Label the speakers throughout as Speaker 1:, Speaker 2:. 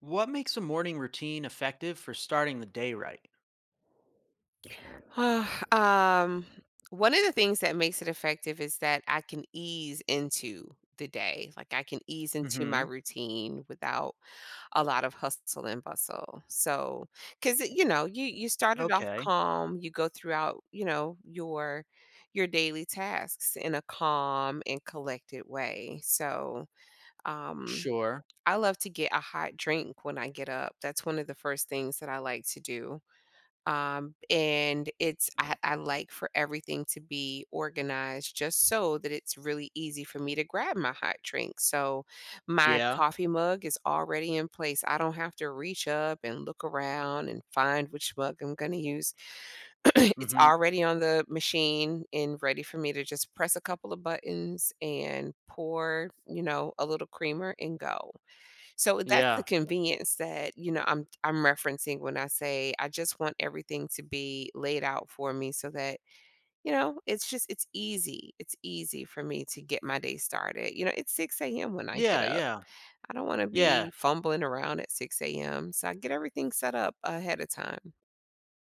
Speaker 1: What makes a morning routine effective for starting the day right?
Speaker 2: Ah, um, one of the things that makes it effective is that I can ease into the day. Like I can ease into my
Speaker 1: Mhm.
Speaker 2: routine without a lot of hustle and bustle. So, cuz you know, you started off
Speaker 1: Okay.
Speaker 2: calm, you go throughout, you know, your daily tasks in a calm and collected way. So, um
Speaker 1: Sure.
Speaker 2: I love to get a hot drink when I get up. That's one of the first things that I like to do. I like for everything to be organized just so that it's really easy for me to grab my hot drink. So my
Speaker 1: Yeah.
Speaker 2: coffee mug is already in place. I don't have to reach up and look around and find which mug I'm going to use. It's
Speaker 1: Mhm.
Speaker 2: already on the machine and ready for me to just press a couple of buttons and pour, you know, a little creamer and go. So that's the
Speaker 1: Yeah.
Speaker 2: convenience that, you know, I'm referencing when I say I just want everything to be laid out for me so that, you know, it's easy. It's easy for me to get my day started. You know, it's 6 a.m. when I get
Speaker 1: Yeah,
Speaker 2: up.
Speaker 1: yeah.
Speaker 2: I don't want to
Speaker 1: Yeah.
Speaker 2: be fumbling around at 6 AM. So I get everything set up ahead of time.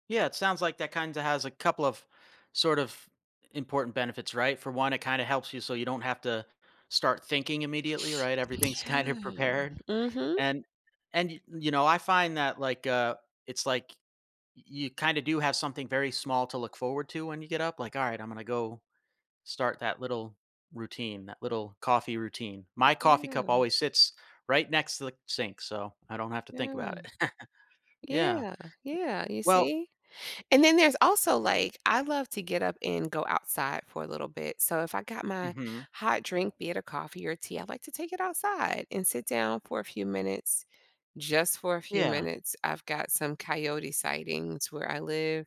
Speaker 1: Yeah, it sounds like that kinda has a couple of sort of important benefits, right? For one, it kinda helps you so you don't have to start thinking immediately, right? Everything's
Speaker 2: Yeah.
Speaker 1: kind of prepared.
Speaker 2: Mhm.
Speaker 1: And and y you know, I find that, it's like you kinda do have something very small to look forward to when you get up, like, "Alright, I'm gonna go start that little routine, that little coffee routine. My
Speaker 2: Yeah.
Speaker 1: coffee cup always sits right next to the sink, so I don't have to think
Speaker 2: Yeah.
Speaker 1: about it." Yeah.
Speaker 2: Yeah.
Speaker 1: Y
Speaker 2: Yeah. You
Speaker 1: well
Speaker 2: see? And then there's also, like, I love to get up and go outside for a little bit. So if I got my
Speaker 1: Mhm.
Speaker 2: hot drink, be it a coffee or tea, I like to take it outside and sit down for a few minutes, just for a few
Speaker 1: Yeah.
Speaker 2: minutes. I've got some coyote sightings where I live,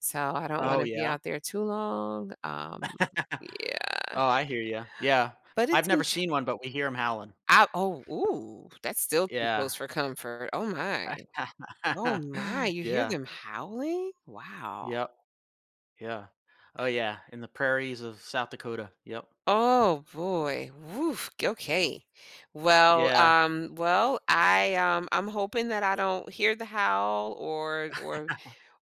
Speaker 2: so I don't
Speaker 1: Oh,
Speaker 2: wanna be
Speaker 1: yeah.
Speaker 2: out there too long. Yeah,
Speaker 1: Oh, I hear you. Yeah.
Speaker 2: but
Speaker 1: I've
Speaker 2: it's
Speaker 1: never
Speaker 2: enj
Speaker 1: seen one, but we hear them howling.
Speaker 2: I oh, ooh, that's still too
Speaker 1: Yeah.
Speaker 2: close for comfort. Oh my. Oh my, you hear
Speaker 1: Yeah.
Speaker 2: them howling? Wow.
Speaker 1: Yep. Yeah. Oh, yeah. In the prairies of South Dakota. Yep.
Speaker 2: Oh boy. Woof. Okay. Well,
Speaker 1: Yeah.
Speaker 2: um, well, I um I'm hoping that I don't hear the howl or or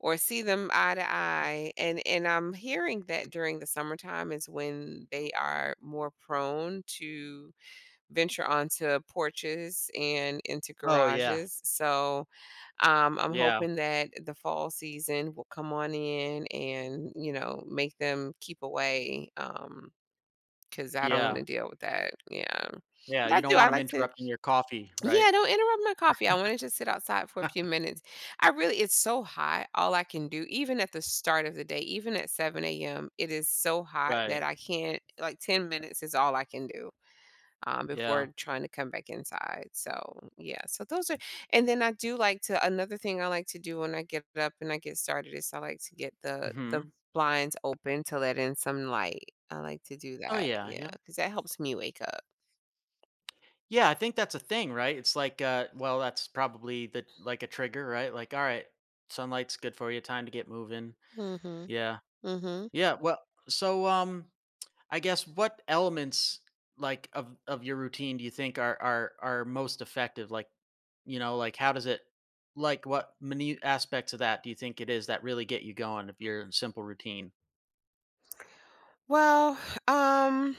Speaker 2: or see them eye to eye. And I'm hearing that during the summertime is when they are more prone to venture onto porches and into
Speaker 1: Oh, yeah.
Speaker 2: garages. So I'm
Speaker 1: Yeah.
Speaker 2: hoping that the fall season will come on in and, you know, make them keep away. 'Cause I don't
Speaker 1: Yeah.
Speaker 2: wanna deal with that, yeah.
Speaker 1: Yeah.
Speaker 2: But I
Speaker 1: You don't
Speaker 2: do,
Speaker 1: want
Speaker 2: I
Speaker 1: want them
Speaker 2: like to.
Speaker 1: interrupting your coffee, right?
Speaker 2: Yeah, don't interrupt my coffee, I wanna just sit outside for a few minutes. I really it's so hot, all I can do, even at the start of the day, even at 7 a.m., it is so hot
Speaker 1: Right.
Speaker 2: that I can't like, 10 minutes is all I can do before
Speaker 1: Yeah.
Speaker 2: trying to come back inside. So yeah, so those are, and then I do like to another thing I like to do when I get up and I get started is I like to get the
Speaker 1: Mhm.
Speaker 2: the blinds open to let in some light. I like to do
Speaker 1: Oh,
Speaker 2: that,
Speaker 1: yeah,
Speaker 2: yeah,
Speaker 1: yeah.
Speaker 2: because that helps me wake up.
Speaker 1: Yeah, I think that's a thing, right? It's well, that's probably the like a trigger, right? Like, all right, sunlight's good for you, time to get moving.
Speaker 2: Mm-hmm.
Speaker 1: Yeah.
Speaker 2: Mm-hmm.
Speaker 1: Yeah, so I guess what elements, like, of your routine do you think are most effective? Like, you know, like, how does it like, what many aspects of that do you think it is that really get you going if you're in simple routine?
Speaker 2: Well, um,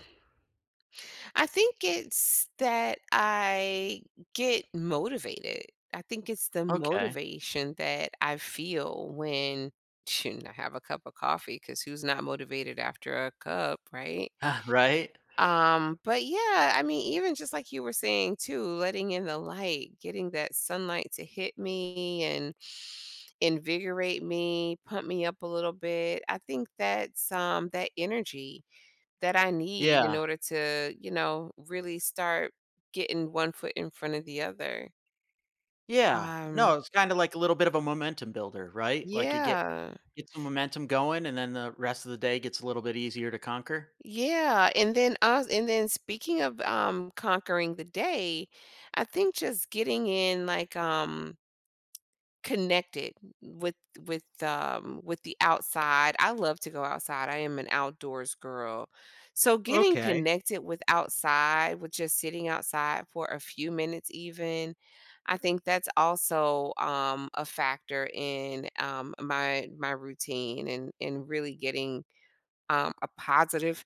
Speaker 2: I think it's that I get motivated. I think it's the
Speaker 1: Okay.
Speaker 2: motivation that I feel when shouldn't I have a cup of coffee because who's not motivated after a cup, right?
Speaker 1: Right?
Speaker 2: But yeah, I mean, even just like you were saying too, letting in the light, getting that sunlight to hit me and invigorate me, pump me up a little bit. I think that's that energy that I need in
Speaker 1: Yeah.
Speaker 2: order to, you know, really start getting one foot in front of the other.
Speaker 1: Yeah. No,
Speaker 2: Um,
Speaker 1: it's kinda like a little bit of a momentum builder, right? Like you get
Speaker 2: yeah.
Speaker 1: get some momentum going, and then the rest of the day gets a little bit easier to conquer?
Speaker 2: Yeah, and then speaking of, conquering the day, I think just getting in, like, connected with with the outside. I love to go outside. I am an outdoors girl. So getting
Speaker 1: Okay.
Speaker 2: connected with outside, with just sitting outside for a few minutes even, I think that's also a factor in my my routine and really getting a positive,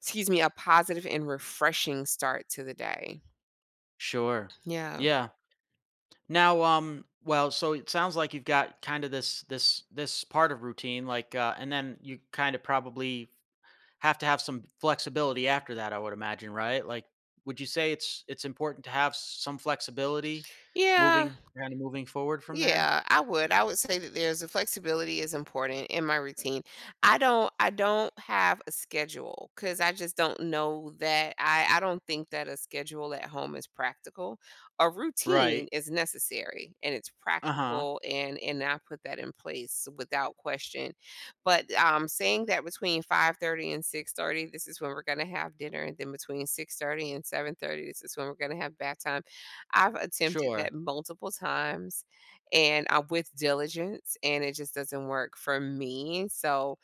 Speaker 2: excuse me, a positive and refreshing start to the day.
Speaker 1: Sure.
Speaker 2: Yeah.
Speaker 1: Yeah. Now, so it sounds like you've got kinda this part of routine, and then you kinda probably have to have some flexibility after that, I would imagine, right? Like, would you say it's important to have some flexibility
Speaker 2: Yeah,
Speaker 1: moving kinda moving forward from there?
Speaker 2: Yeah, I would. I would say that there's a flexibility is important in my routine. I don't have a schedule because I just don't know that I don't think that a schedule at home is practical. A routine
Speaker 1: Right.
Speaker 2: is necessary and it's
Speaker 1: Uh-huh.
Speaker 2: practical and I put that in place without question. But saying that between 5:30 and 6:30, this is when we're gonna have dinner, and then between 6:30 and 7:30, this is when we're gonna have bath time. I've attempted
Speaker 1: Sure.
Speaker 2: that multiple times and I'm with diligence, and it just doesn't work for me. So,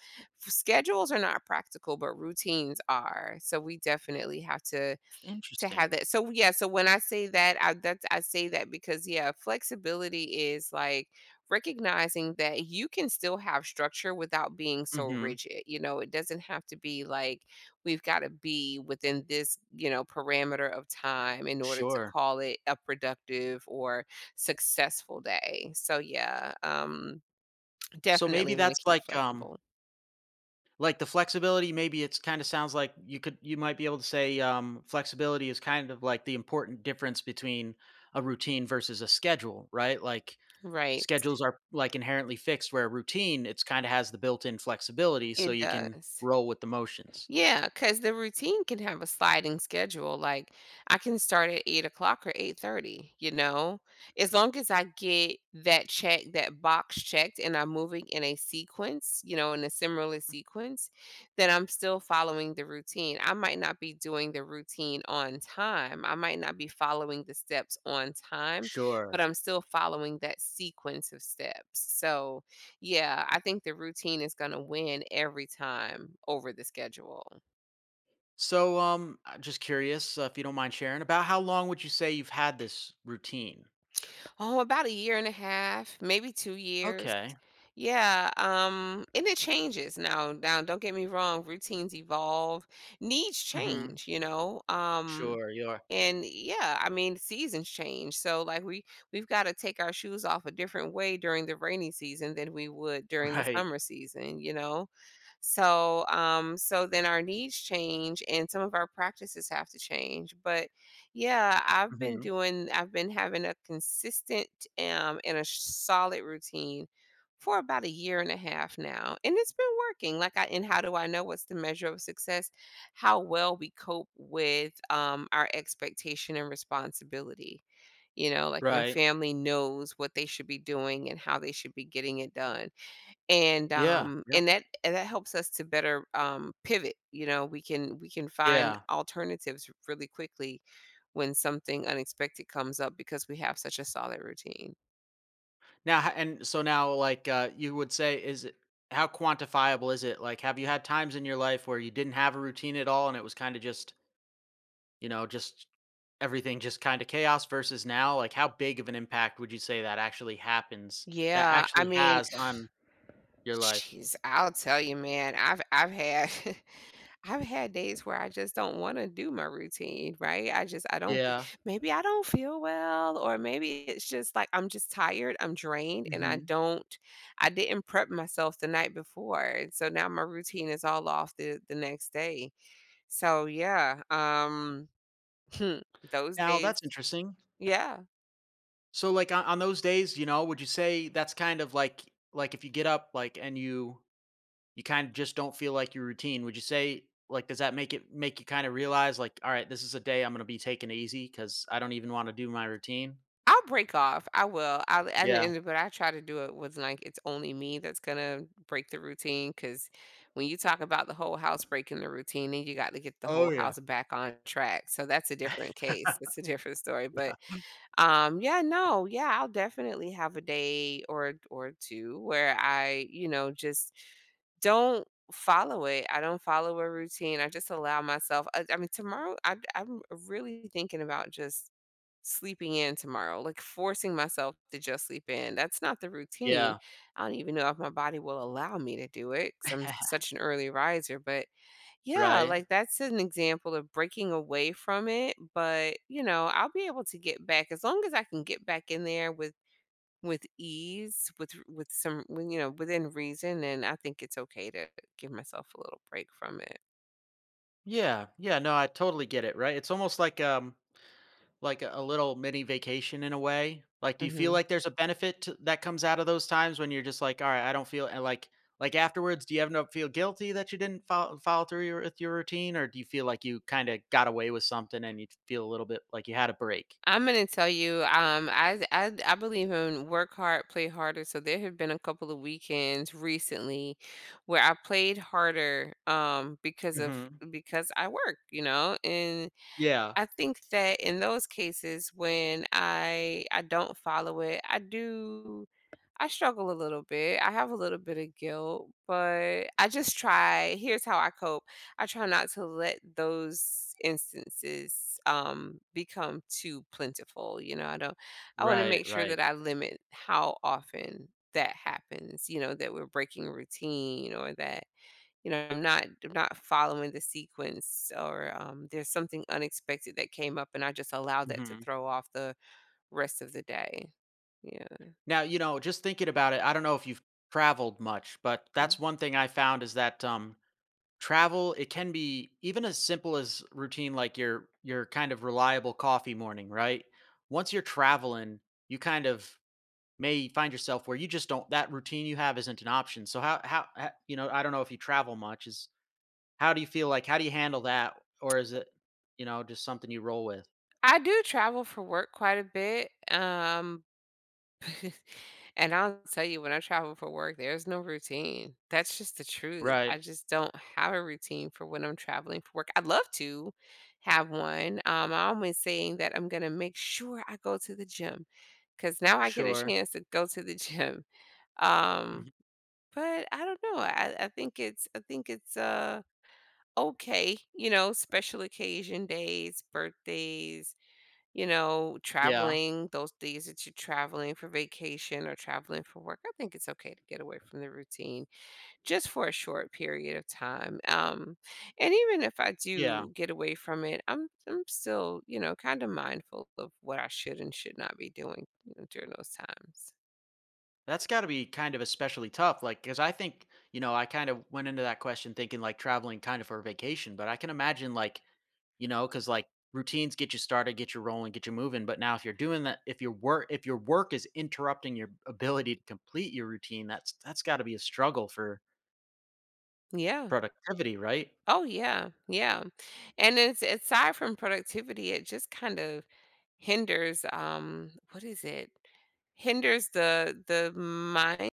Speaker 2: schedules are not practical, but routines are. So, we definitely have to
Speaker 1: Interesting.
Speaker 2: have that so, yeah, so when I say that, I say that because, yeah, flexibility is, like, recognizing that you can still have structure without being so
Speaker 1: Mhm.
Speaker 2: rigid, you know? It doesn't have to be, like, we've gotta be within this, you know, parameter of time in order to
Speaker 1: Sure.
Speaker 2: call it a productive or successful day. So, yeah,
Speaker 1: So maybe
Speaker 2: definitely wanna
Speaker 1: that's
Speaker 2: keep flexible.
Speaker 1: like the flexibility, maybe it's kinda sounds like you could you might be able to say, flexibility is kind of like the important difference between a routine versus a schedule, right? Like,
Speaker 2: Right.
Speaker 1: schedules are, like, inherently fixed, where a routine, it's kinda has the built-in flexibility so
Speaker 2: It
Speaker 1: you can
Speaker 2: does.
Speaker 1: roll with the motions.
Speaker 2: Yeah, because the routine can have a sliding schedule. Like I can start at 8 o'clock or 8:30. You know, as long as I get that check, that box checked, and I'm moving in a sequence, you know, in a similar sequence, then I'm still following the routine. I might not be doing the routine on time. I might not be following the steps on time, but
Speaker 1: Sure.
Speaker 2: I'm still following that sequence of steps. So yeah, I think the routine is gonna win every time over the schedule.
Speaker 1: Just curious, if you don't mind sharing, about how long would you say you've had this routine?
Speaker 2: Oh, about a year and a half, maybe 2 years.
Speaker 1: Okay.
Speaker 2: Yeah, and it changes now don't get me wrong, routines evolve, needs
Speaker 1: Mhm.
Speaker 2: change, you know?
Speaker 1: Sure, you're
Speaker 2: And yeah, I mean, seasons change. So like we've gotta take our shoes off a different way during the rainy season than we would during the
Speaker 1: Right.
Speaker 2: summer season, you know? So, so then our needs change and some of our practices have to change. But yeah,
Speaker 1: Mhm.
Speaker 2: I've been having a consistent and a solid routine for about a year and a half now. And it's been working. And how do I know what's the measure of success? How well we cope with our expectation and responsibility. You know, like my
Speaker 1: Right.
Speaker 2: family knows what they should be doing and how they should be getting it done
Speaker 1: Yeah, yeah,
Speaker 2: and that helps us to better, pivot, you know, we can find
Speaker 1: yeah.
Speaker 2: alternatives really quickly when something unexpected comes up because we have such a solid routine.
Speaker 1: Now ho and so now, you would say is it how quantifiable is it? Like, have you had times in your life where you didn't have a routine at all and it was kinda just, you know, just everything just kinda chaos versus now? Like, how big of an impact would you say that actually happens that
Speaker 2: Yeah, I
Speaker 1: actually
Speaker 2: mean,
Speaker 1: has on your life?
Speaker 2: jeez, I'll tell you, man, I've had I've had days where I just don't wanna do my routine, right? I just I don't
Speaker 1: Yeah.
Speaker 2: f maybe I don't feel well, or maybe it's just, like, I'm just tired, I'm drained, and I
Speaker 1: Mhm.
Speaker 2: don't I didn't prep myself the night before, and so now my routine is all off the next day. So, yeah, those
Speaker 1: Now
Speaker 2: days
Speaker 1: that's interesting.
Speaker 2: yeah.
Speaker 1: So, like, on those days, you know, would you say that's kind of like if you get up, like, and you kind of just don't feel like your routine. Would you say like does that make it make you kind of realize like, all right, this is a day I'm gonna be taking it easy because I don't even want to do my routine?
Speaker 2: I'll break off. I will. I'll at the
Speaker 1: Yeah.
Speaker 2: end but I try to do it with like it's only me that's gonna break the routine. Cause when you talk about the whole house breaking the routine, then you got to get the
Speaker 1: Oh
Speaker 2: whole
Speaker 1: yeah.
Speaker 2: house back on track. So that's a different case. It's a different story.
Speaker 1: Yeah.
Speaker 2: But yeah, no, yeah, I'll definitely have a day or two where I, you know, just don't follow it. I don't follow a routine. I just allow myself. I mean, tomorrow, I'm really thinking about just sleeping in tomorrow, like forcing myself to just sleep in. That's not the routine.
Speaker 1: Yeah.
Speaker 2: I don't even know if my body will allow me to do it because I'm such an early riser. But yeah,
Speaker 1: Right.
Speaker 2: like that's an example of breaking away from it. But you know, I'll be able to get back as long as I can get back in there with ease, you know within reason. And I think it's okay to give myself a little break from it.
Speaker 1: Yeah. Yeah. No, I totally get it. Right. It's almost like like a little mini vacation in a way? Like, do you feel
Speaker 2: Mm-hmm.
Speaker 1: like there's a benefit to that comes out of those times when you're just like, "Alright, I don't feel," and like afterwards, do you ever not feel guilty that you didn't follow through your with your routine, or do you feel like you kinda got away with something and you feel a little bit like you had a break?
Speaker 2: I'm gonna tell you, I believe in work hard, play harder. So there have been a couple of weekends recently where I played harder, because of
Speaker 1: Mhm.
Speaker 2: because I work, you know. And
Speaker 1: Yeah.
Speaker 2: I think that in those cases when I don't follow it, I struggle a little bit. I have a little bit of guilt, but I just try here's how I cope. I try not to let those instances, become too plentiful, you know, I don't I wanna
Speaker 1: Right,
Speaker 2: make sure
Speaker 1: right.
Speaker 2: that I limit how often that happens, you know, that we're breaking routine or that, you know, I'm not following the sequence or, there's something unexpected that came up and I just allow that to
Speaker 1: Mhm.
Speaker 2: throw off the rest of the day. Yeah.
Speaker 1: Now, you know, just thinking about it, I don't know if you've traveled much, but that's one thing I found is that, travel, it can be even as simple as routine like your kind of reliable coffee morning, right? Once you're traveling, you kind of may find yourself where you just don't that routine you have isn't an option. So how, you know, I don't know if you travel much is how do you feel like how do you handle that, or is it, you know, just something you roll with?
Speaker 2: I do travel for work quite a bit, and I'll tell you, when I travel for work, there's no routine. That's just the truth.
Speaker 1: Right.
Speaker 2: I just don't have a routine for when I'm traveling for work. I'd love to have one. I'm always saying that I'm gonna make sure I go to the gym because now I get a
Speaker 1: Sure.
Speaker 2: chance to go to the gym. Um,
Speaker 1: Mhm.
Speaker 2: but I don't know. I think it's, okay, you know, special occasion days, birthdays, you know,
Speaker 1: Yeah.
Speaker 2: traveling, those days that you're traveling for vacation or traveling for work, I think it's okay to get away from the routine just for a short period of time. And even if I
Speaker 1: Yeah.
Speaker 2: do get away from it, I'm still, you know, kind of mindful of what I should and should not be doing, you know, during those times.
Speaker 1: That's got to be kind of especially tough. Like, because I think, you know, I kind of went into that question thinking like traveling kind of for a vacation, but I can imagine like you know because like routines get you started, get you rolling, get you moving, but now if you're doing that, if your work is interrupting your ability to complete your routine, that's got to be a struggle for
Speaker 2: Yeah.
Speaker 1: productivity, right?
Speaker 2: Oh yeah. Yeah. And it's aside from productivity, it just kind of hinders what is it? Hinders the mind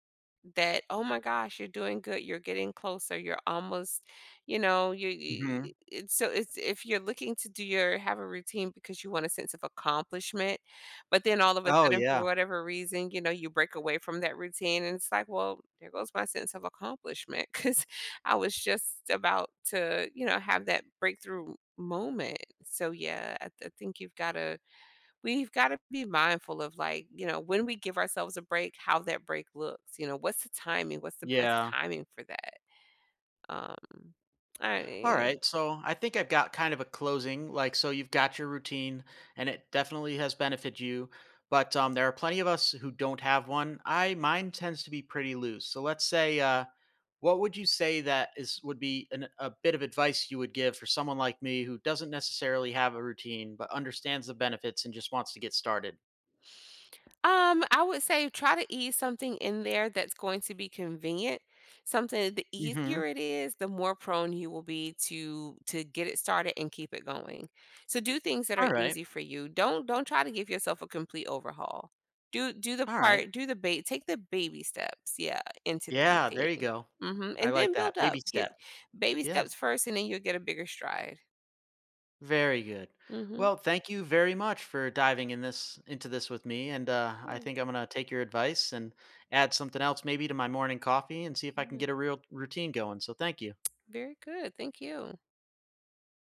Speaker 2: that oh my gosh, you're doing good, you're getting closer, you're almost, you know, you,
Speaker 1: Hmm.
Speaker 2: you it's so it's if you're looking to do your have a routine because you want a sense of accomplishment, but then all of a
Speaker 1: Oh
Speaker 2: sudden for
Speaker 1: yeah.
Speaker 2: whatever reason, you know, you break away from that routine and it's like, well, there goes my sense of accomplishment cuz I was just about to, you know, have that breakthrough moment. So yeah, I think you've got to We've gotta be mindful of, like, you know, when we give ourselves a break, how that break looks, you know, what's the timing? What's the best
Speaker 1: Yeah.
Speaker 2: timing for that? Um,
Speaker 1: all
Speaker 2: I
Speaker 1: right so I think I've got kind of a closing, like, so you've got your routine and it definitely has benefited you, but there are plenty of us who don't have one. I mine tends to be pretty loose, so let's say, what would you say that is would be a bit of advice you would give for someone like me who doesn't necessarily have a routine but understands the benefits and just wants to get started?
Speaker 2: I would say try to ease something in there that's going to be convenient. Something the
Speaker 1: Mhm.
Speaker 2: easier it is, the more prone you will be to get it started and keep it going. So do things that
Speaker 1: All
Speaker 2: are
Speaker 1: right.
Speaker 2: easy for you. Don't try to give yourself a complete overhaul. Do the
Speaker 1: All right.
Speaker 2: part, do the bait, take the baby steps, yeah, into the
Speaker 1: Yeah, there you
Speaker 2: routine.
Speaker 1: go.
Speaker 2: Hmm.
Speaker 1: I
Speaker 2: And
Speaker 1: like
Speaker 2: then
Speaker 1: that.
Speaker 2: build
Speaker 1: Baby
Speaker 2: up. Get
Speaker 1: steps.
Speaker 2: baby
Speaker 1: Yeah.
Speaker 2: steps first and then you'll get a bigger stride.
Speaker 1: Very good.
Speaker 2: Mm-hmm.
Speaker 1: Well, thank you very much for diving in this into this with me, and I think I'm going to take your advice and add something else maybe to my morning coffee and see if I can get a real routine going. So thank you.
Speaker 2: Very good. Thank you.